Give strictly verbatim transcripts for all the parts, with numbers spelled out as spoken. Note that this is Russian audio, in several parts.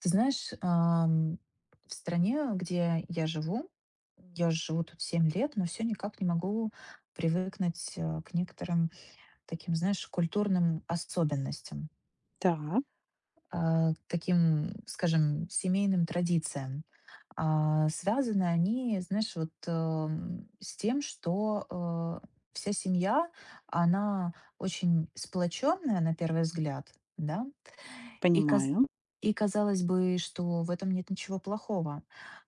Ты знаешь, ам, в стране, где я живу, я живу тут семь лет, но все никак не могу привыкнуть э, к некоторым таким, знаешь, культурным особенностям, Так, а, к таким, скажем, семейным традициям. А, Связаны они, знаешь, вот эм, с тем, что э, вся семья, она очень сплоченная на первый взгляд, да, и каз понимаю. и казалось бы, что в этом нет ничего плохого.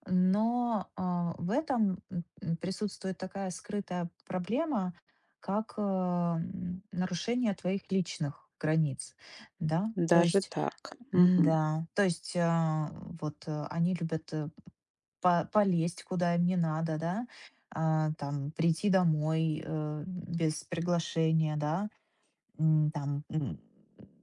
Но, а, в этом, м, м, присутствует такая скрытая проблема, как, э, м, нарушение твоих личных границ, да. То Даже есть, так. Мгм. м-да, то есть, а, вот, э, они любят, э, по полезть, куда им не надо, да, а, там прийти домой, э, без приглашения, да, м, там, м,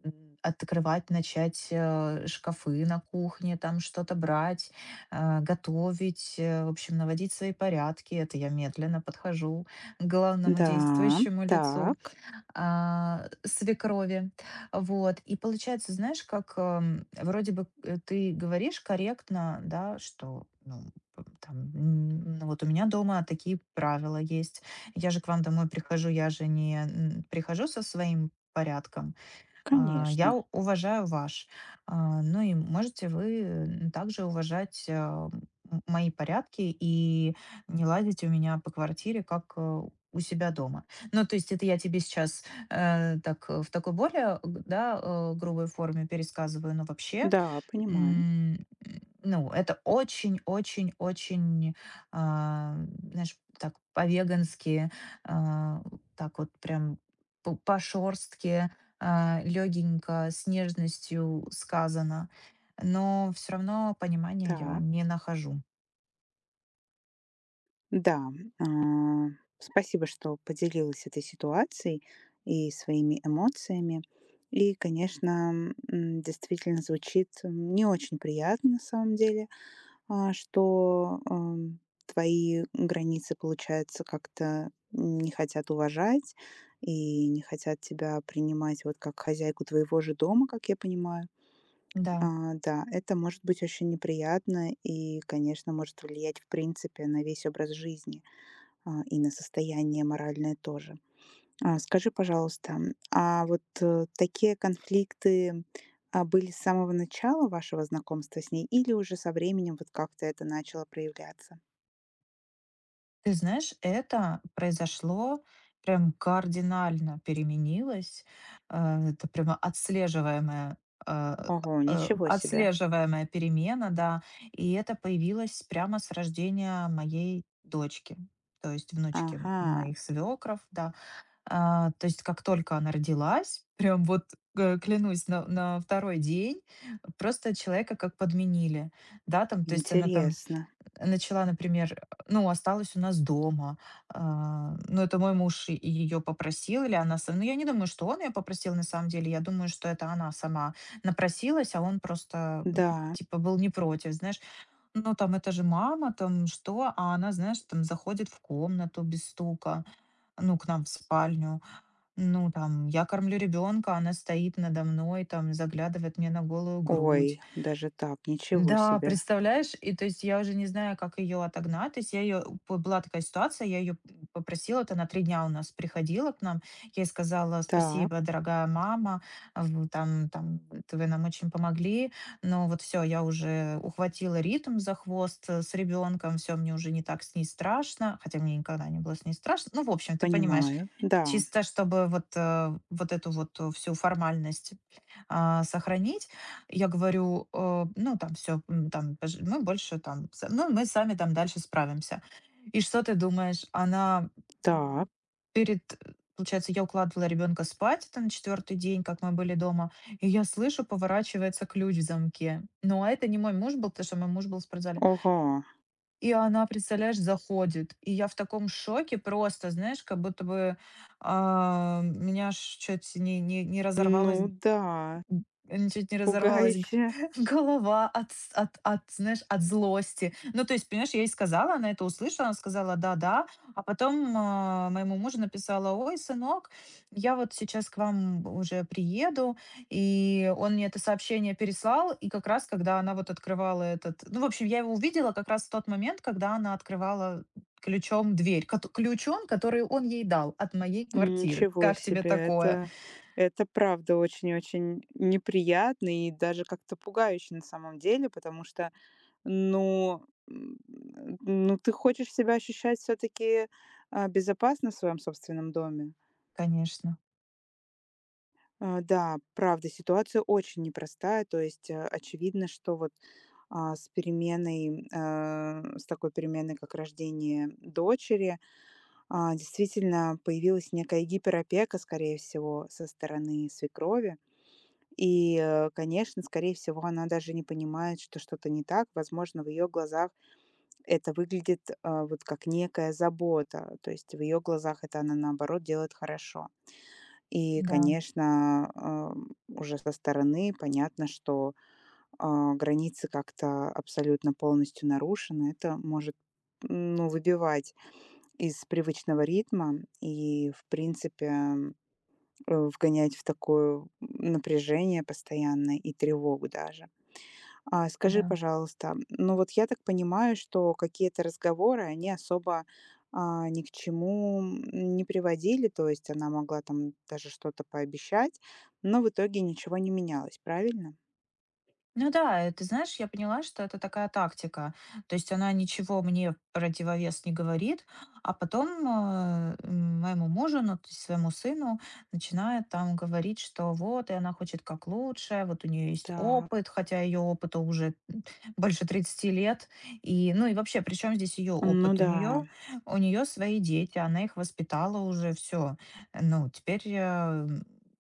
м, открывать, начать э, шкафы на кухне, там что-то брать, э, готовить, э, в общем, наводить свои порядки. Это я медленно подхожу к главному Да, действующему лицу, так, а, свекрови. Вот. И получается, знаешь, как эм, вроде бы э, ты говоришь корректно, да, что ну, п- там, м, ну, вот у меня дома такие правила есть. Я же к вам домой прихожу, я же не м, прихожу со своим порядком. А, Я конечно. у- уважаю ваш. А, Ну и можете вы м, также уважать, а, м- мои порядки и не лазить у меня по квартире, как э, у себя дома. Ну, то есть это я тебе сейчас э, так э, в такой более, г- да, э, грубой форме пересказываю, но вообще Да, понимаю. М, ну, это очень-очень-очень, а, знаешь, так по-вегански, а, так вот прям по по-шорстке, а, легенько, с нежностью сказано. Но все равно понимания я Так, не нахожу. да. а, Спасибо, что поделилась этой ситуацией и своими эмоциями. И, конечно, м, действительно звучит м, не очень приятно на самом деле. А, что, ам, твои границы, получается, как-то не хотят уважать и не хотят тебя принимать вот как хозяйку твоего же дома, как я понимаю. Да. А, да, это может быть очень неприятно и, конечно, может влиять, в принципе, на весь образ жизни, а, и на состояние моральное тоже. А, скажи, пожалуйста, м, а вот, э, такие конфликты, а, были с самого начала вашего знакомства с ней или уже со временем вот как-то это начало проявляться? Ты знаешь, это произошло прям кардинально переменилось. Э, Это прямо отслеживаемая э, Ого, э, ничего себе. отслеживаемая перемена, да, и это появилось прямо с рождения моей дочки, то есть внучки Ага, моих свекров, да. А, то есть как только она родилась, прям вот э, клянусь, на, на второй день просто человека как подменили, да, там, то есть она там интересно. начала, например, ну, осталась у нас дома. А, ну, это мой муж ее попросил, или она сама. Ну, я не думаю, что он ее попросил на самом деле. Я думаю, что это она сама напросилась, а он просто м, Да. типа был не против, знаешь. Ну, там, это же мама, там что? А она, знаешь, там заходит в комнату без стука, ну, к нам в спальню. Ну, там, я кормлю ребенка, она стоит надо мной, там, заглядывает мне на голую грудь, Ой, даже так, ничего да, себе. представляешь? И то есть я уже не знаю, как ее отогнать. То есть я ее была такая ситуация, я ее попросила, вот она три дня у нас приходила к нам. Я ей сказала: Так, «Спасибо, дорогая мама, а, в там там т вы нам очень помогли, но вот все, я уже ухватила ритм за хвост, э, с ребенком, все, мне уже не так с ней страшно». Хотя мне никогда не было с ней страшно. Ну, в общем, ты понимаешь, понимаю. Да. чисто чтобы вот, э, вот эту вот, э, всю формальность, а, сохранить. Я говорю, э, ну, там все, там пож мы больше там са ну, мы сами там дальше справимся. И что ты думаешь? Она, м, Так. перед э, получается, я укладывала ребенка спать, это на четвертый день, как мы были дома, и я слышу, поворачивается ключ в замке. Ну, а это не мой муж был, потому что мой муж был в спортзале. Ого. И она, представляешь, заходит. И я в таком шоке просто, знаешь, как будто бы, а, меня аж чуть не не не Ну разорвалось. да, М, чуть не разорвалась г пугающе. голова от с от от, знаешь, от злости. Ну, то есть, понимаешь, я ей сказала, она это услышала, она сказала: «Да-да». А потом, а, моему мужу написала: «Ой, сынок, я вот сейчас к вам уже приеду». И он мне это сообщение переслал, и как раз когда она вот открывала этот ну, в общем, я его увидела как раз в тот момент, когда она открывала ключом дверь, кот ключом, который он ей дал от моей квартиры. Ничего Как тебе себе, такое? это, это правда очень-очень неприятно и даже как-то пугающе на самом деле, потому что, ну, м, ну ты хочешь себя ощущать все-таки безопасно в своем собственном доме. Конечно. А, Да, правда, ситуация очень непростая, то есть э, очевидно, что вот а, с переменой, э, с такой переменной, как рождение дочери, а, действительно появилась некая гиперопека, скорее всего, со стороны свекрови. И, э, конечно, скорее всего, она даже не понимает, что что-то не так. Возможно, в ее глазах это выглядит а, вот как некая забота. То есть в ее глазах это она, наоборот, делает хорошо. И, Да, конечно, ам, уже со стороны понятно, что а, границы как-то абсолютно полностью нарушены. Это может, м, ну, выбивать из привычного ритма и, в принципе, м, э, вгонять в такое напряжение постоянное и тревогу даже. А скажи, да. пожалуйста, ну вот я так понимаю, что какие-то разговоры, они особо, а, ни к чему м, не приводили, то есть она могла там даже что-то пообещать, но в итоге ничего не менялось, правильно? Ну да, э, ты знаешь, я поняла, что это такая тактика. То есть она ничего мне в противовес не говорит, а потом э, м, моему мужу, ну, то есть своему сыну, начинает там говорить, что вот, и она хочет как лучше, вот у нее есть Так. опыт, хотя ее опыту уже м, больше тридцати лет. И, ну и вообще, причем здесь ее Ну опыт? У да, нее, у нее свои дети, она их воспитала уже, все. Ну, теперь э,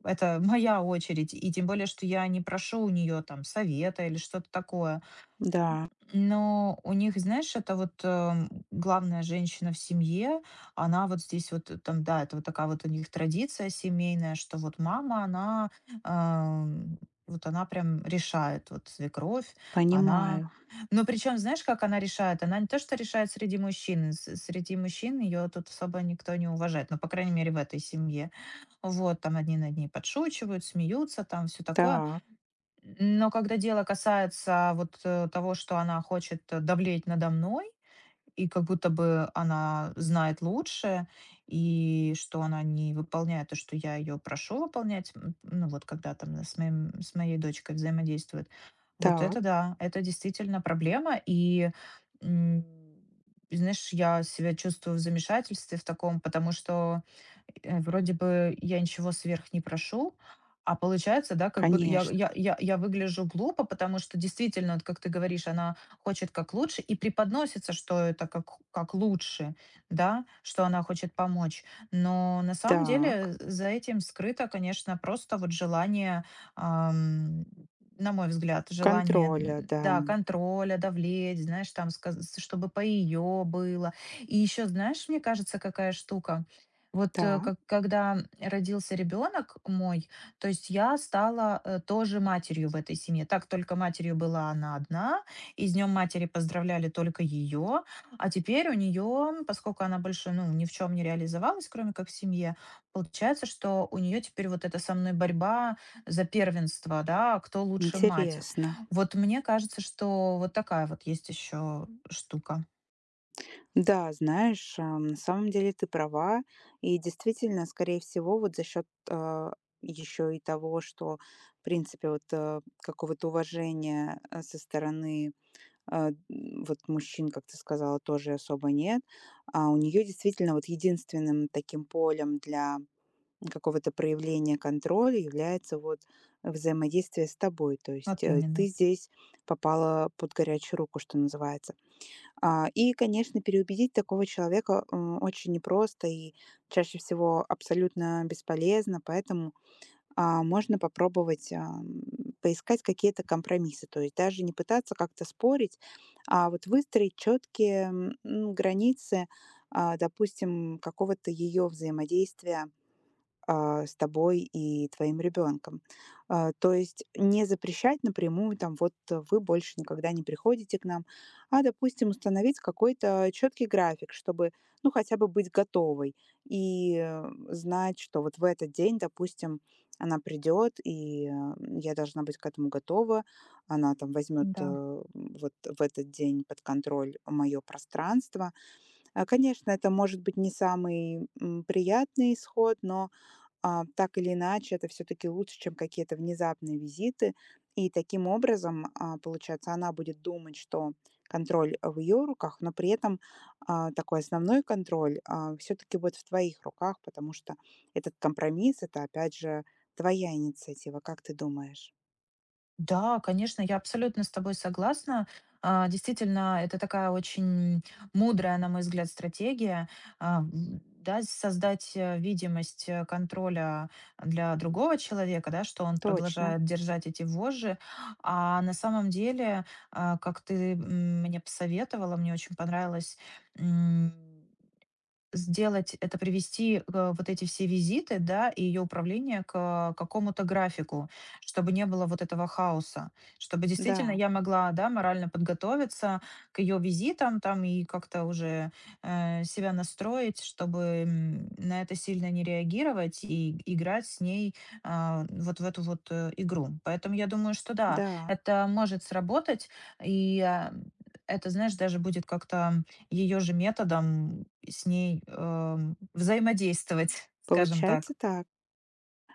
это моя очередь. И тем более, что я не прошу у нее там совета или что-то такое. да, Но у них, знаешь, это вот э, главная женщина в семье, она вот здесь вот э, там, да, это вот такая вот у них традиция семейная, что вот мама, она эм, вот она прям решает, вот свекровь, она... понимаю. Но причем, знаешь, как она решает? Она не то, что решает среди мужчин, с- среди мужчин, ее тут особо никто не уважает, ну, по крайней мере, в этой семье. Вот, там одни над ней подшучивают, смеются, там все такое. Так, Но когда дело касается вот, э, того, что она хочет, э, давлеть надо мной, и как будто бы она знает лучше, и что она не выполняет то, что я ее прошу выполнять, м, ну, вот когда там с моим с моей дочкой взаимодействует. Вот так, это да, это действительно проблема. И, м, знаешь, я себя чувствую в замешательстве в таком, потому что Э, вроде бы я ничего сверх не прошу, а получается, да, как будто я конечно. я я я выгляжу глупо, потому что действительно, вот как ты говоришь, она хочет как лучше и преподносится, что это как как лучше, да, что она хочет помочь. Но на самом Так. деле за этим скрыто, конечно, просто вот желание, ам, на мой взгляд, желание, н- Контроля, да. да, контроля, давлеть, знаешь, там, сказ- чтобы по ее было. И еще, знаешь, мне кажется, какая штука? Вот, э, Да, как когда родился ребенок мой, то есть я стала, э, тоже матерью в этой семье. Так, только матерью была она одна, и с днем матери поздравляли только ее. А теперь у нее, поскольку она больше, ну, ни в чем не реализовалась, кроме как в семье, получается, что у нее теперь вот эта со мной борьба за первенство, да, кто лучше мать. интересно. Вот мне кажется, что вот такая вот есть еще штука. Да, знаешь, а, на самом деле ты права. И действительно, скорее всего, вот за счет еще и того, что, в принципе, вот э, какого-то уважения э, со стороны э, м, вот мужчин, как ты сказала, тоже особо нет. А у нее действительно вот единственным таким полем для какого-то проявления контроля является вот взаимодействие с тобой. То есть Вот э, ты именно. здесь попала под горячую руку, что называется. А, и, конечно, переубедить такого человека, м, очень непросто и чаще всего абсолютно бесполезно, поэтому, а, можно попробовать, ам, поискать какие-то компромиссы. То есть даже не пытаться как-то спорить, а вот выстроить четкие границы, а, допустим, какого-то ее взаимодействия а, с тобой и твоим ребенком. А, то есть не запрещать напрямую, там, вот э, вы больше никогда не приходите к нам, а, допустим, установить какой-то четкий график, чтобы, ну, хотя бы быть готовой и э, знать, что вот в этот день, допустим, она придет, и э, я должна быть к этому готова. Она там возьмет э, Да. вот в этот день под контроль мое пространство. А, Конечно, это может быть не самый м, приятный исход, но а, так или иначе, это все-таки лучше, чем какие-то внезапные визиты. И таким образом, а, получается, она будет думать, что контроль а, в ее руках, но при этом а, такой основной контроль все-таки будет в твоих руках, потому что этот компромисс, это опять же твоя инициатива, как ты думаешь? Да, конечно, я абсолютно с тобой согласна. А, Действительно, это такая очень мудрая, на мой взгляд, стратегия. а, м, Да, создать э, видимость э, контроля для другого человека, да, что он Точно, продолжает держать эти вожжи. А на самом деле, а, как ты м, мне посоветовала, мне очень понравилось сделать это, привести, э, вот эти все визиты, да, и ее управление к э, какому-то графику, чтобы не было вот этого хаоса, чтобы действительно да, я могла, да, морально подготовиться к ее визитам там и как-то уже э, себя настроить, чтобы м, на это сильно не реагировать и играть с ней, а, вот в эту вот э, игру. Поэтому я думаю, что да, да, это может сработать, и а, это, знаешь, даже будет как-то ее же методом с ней, эм, взаимодействовать, скажем получается так. так.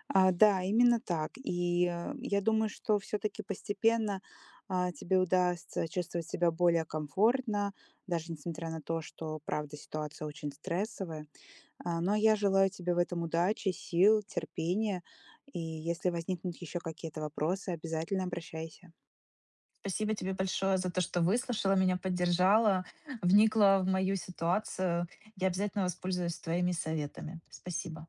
А, да, именно так. И, э, я думаю, что все таки постепенно, а, тебе удастся чувствовать себя более комфортно, даже несмотря на то, что, правда, ситуация очень стрессовая. А, но я желаю тебе в этом удачи, сил, терпения. И если возникнут еще какие-то вопросы, обязательно обращайся. Спасибо тебе большое за то, что выслушала меня, поддержала, вникла в мою ситуацию. Я обязательно воспользуюсь твоими советами. Спасибо.